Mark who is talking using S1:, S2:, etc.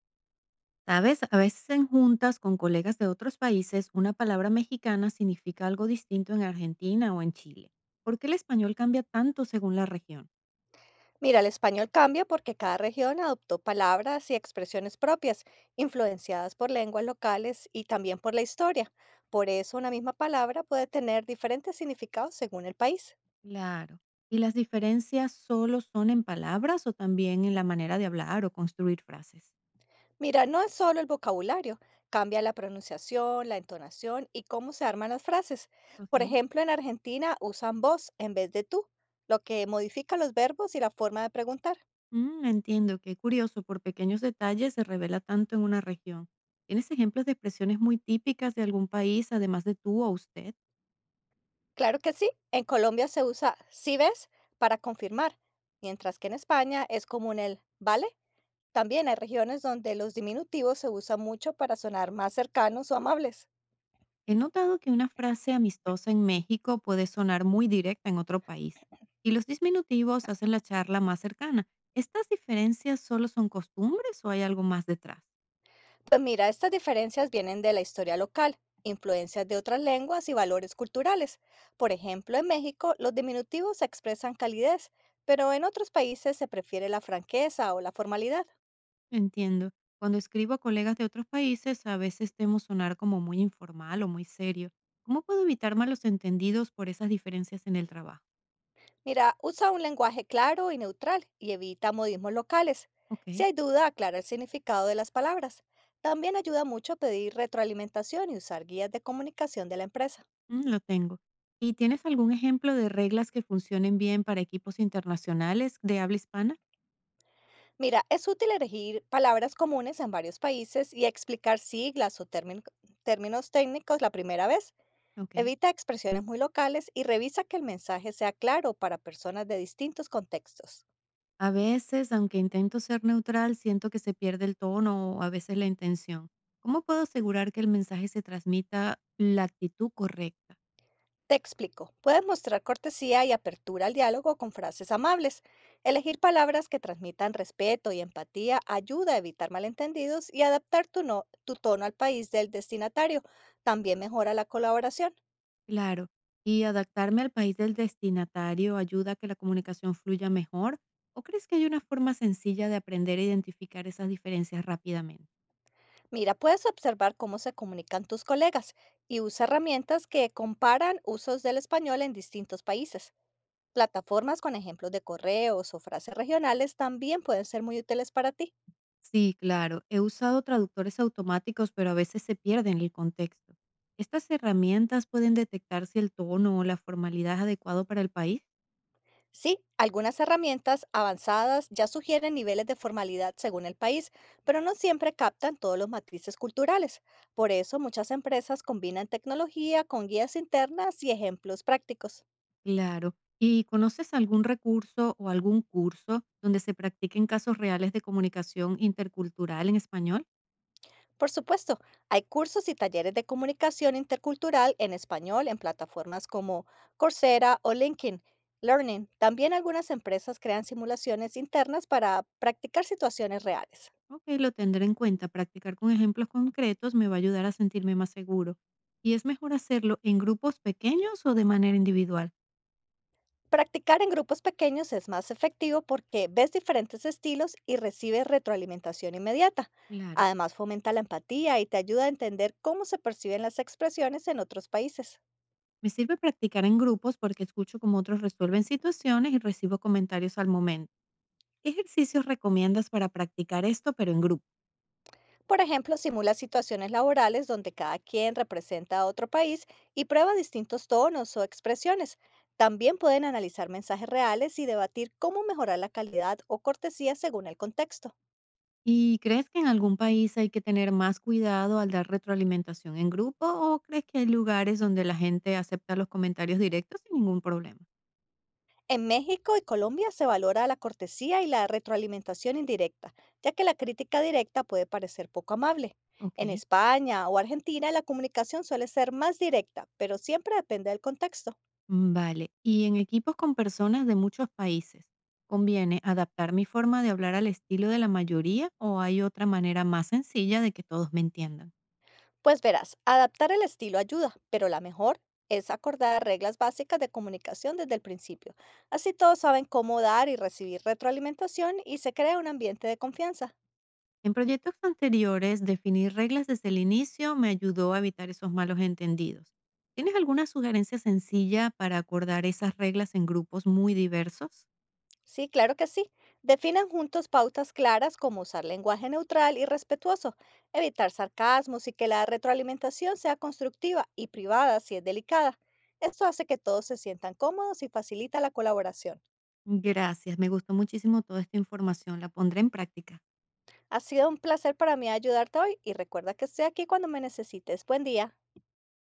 S1: ¿Sabes? A veces en juntas con colegas de otros países, una palabra mexicana significa algo distinto en Argentina o en Chile. ¿Por qué el español cambia tanto según la región?
S2: Mira, el español cambia porque cada región adoptó palabras y expresiones propias, influenciadas por lenguas locales y también por la historia. Por eso una misma palabra puede tener diferentes significados según el país.
S1: Claro. ¿Y las diferencias solo son en palabras o también en la manera de hablar o construir frases?
S2: Mira, no es solo el vocabulario, cambia la pronunciación, la entonación y cómo se arman las frases. Por
S1: Ok.
S2: ejemplo, en Argentina usan vos en vez de tú, lo que modifica los verbos y la forma de preguntar.
S1: Entiendo, qué curioso, por pequeños detalles se revela tanto en una región. ¿Tienes ejemplos de expresiones muy típicas de algún país, además de tú o usted?
S2: Claro que sí, en Colombia se usa si ves para confirmar, mientras que en España es común el vale. También hay regiones donde los diminutivos se usan mucho para sonar más cercanos o amables.
S1: He notado que una frase amistosa en México puede sonar muy directa en otro país, y los disminutivos hacen la charla más cercana. ¿Estas diferencias solo son costumbres o hay algo más detrás?
S2: Pues mira, estas diferencias vienen de la historia local, influencias de otras lenguas y valores culturales. Por ejemplo, en México los diminutivos expresan calidez, pero en otros países se prefiere la franqueza o la formalidad.
S1: No entiendo. Cuando escribo a colegas de otros países, a veces temo sonar como muy informal o muy serio. ¿Cómo puedo evitar malos entendidos por esas diferencias en el trabajo?
S2: Mira, usa un lenguaje claro y neutral y evita modismos locales.
S1: Ok,
S2: Si hay duda, aclara el significado de las palabras. También ayuda mucho a pedir retroalimentación y usar guías de comunicación de la empresa.
S1: lo tengo. ¿Y tienes algún ejemplo de reglas que funcionen bien para equipos internacionales de habla hispana?
S2: Mira, es útil elegir palabras comunes en varios países y explicar siglas o términos técnicos la primera vez.
S1: Ok.
S2: Evita expresiones muy locales y revisa que el mensaje sea claro para personas de distintos contextos.
S1: A veces, aunque intento ser neutral, siento que se pierde el tono o a veces la intención. ¿Cómo puedo asegurar que el mensaje se transmita la actitud correcta?
S2: Te explico. Puedes mostrar cortesía y apertura al diálogo con frases amables. Elegir palabras que transmitan respeto y empatía ayuda a evitar malentendidos y adaptar tu, no- tu tono al país del destinatario. También mejora la colaboración.
S1: Claro, y adaptarme al país del destinatario ayuda a que la comunicación fluya mejor. ¿O crees que hay una forma sencilla de aprender a identificar esas diferencias rápidamente?
S2: Mira, puedes observar cómo se comunican tus colegas y usa herramientas que comparan usos del español en distintos países. Plataformas con ejemplos de correos o frases regionales también pueden ser muy útiles para ti.
S1: Sí, claro, he usado traductores automáticos, pero a veces se pierden el contexto. ¿Estas herramientas pueden detectar si el tono o la formalidad es adecuado para el país?
S2: Sí, algunas herramientas avanzadas ya sugieren niveles de formalidad según el país, pero no siempre captan todos los matices culturales. Por eso muchas empresas combinan tecnología con guías internas y ejemplos prácticos.
S1: Claro. ¿Y conoces algún recurso o algún curso donde se practiquen casos reales de comunicación intercultural en español?
S2: Por supuesto, hay cursos y talleres de comunicación intercultural en español en plataformas como Coursera o LinkedIn Learning. También algunas empresas crean simulaciones internas para practicar situaciones reales.
S1: Ok, lo tendré en cuenta. Practicar con ejemplos concretos me va a ayudar a sentirme más seguro. ¿Y es mejor hacerlo en grupos pequeños o de manera individual?
S2: Practicar en grupos pequeños es más efectivo porque ves diferentes estilos y recibes retroalimentación inmediata.
S1: Claro.
S2: Además, fomenta la empatía y te ayuda a entender cómo se perciben las expresiones en otros países.
S1: Me sirve practicar en grupos porque escucho cómo otros resuelven situaciones y recibo comentarios al momento. ¿Qué ejercicios recomiendas para practicar esto, pero en grupo?
S2: Por ejemplo, simula situaciones laborales donde cada quien representa a otro país y prueba distintos tonos o expresiones. También pueden analizar mensajes reales y debatir cómo mejorar la calidad o cortesía según el contexto.
S1: ¿Y crees que en algún país hay que tener más cuidado al dar retroalimentación en grupo o crees que hay lugares donde la gente acepta los comentarios directos sin ningún problema?
S2: En México y Colombia se valora la cortesía y la retroalimentación indirecta, ya que la crítica directa puede parecer poco amable.
S1: Ok,
S2: En España o Argentina la comunicación suele ser más directa, pero siempre depende del contexto.
S1: vale. ¿Y en equipos con personas de muchos países, conviene adaptar mi forma de hablar al estilo de la mayoría o hay otra manera más sencilla de que todos me entiendan?
S2: Pues verás, adaptar el estilo ayuda, pero la mejor es acordar reglas básicas de comunicación desde el principio. Así todos saben cómo dar y recibir retroalimentación y se crea un ambiente de confianza.
S1: En proyectos anteriores, definir reglas desde el inicio me ayudó a evitar esos malos entendidos. ¿Tienes alguna sugerencia sencilla para acordar esas reglas en grupos muy diversos?
S2: Sí, claro que sí. Definan juntos pautas claras como usar lenguaje neutral y respetuoso, evitar sarcasmos y que la retroalimentación sea constructiva y privada si es delicada. Esto hace que todos se sientan cómodos y facilita la colaboración.
S1: Gracias, me gustó muchísimo toda esta información, la pondré en práctica.
S2: Ha sido un placer para mí ayudarte hoy y recuerda que estoy aquí cuando me necesites. Buen día.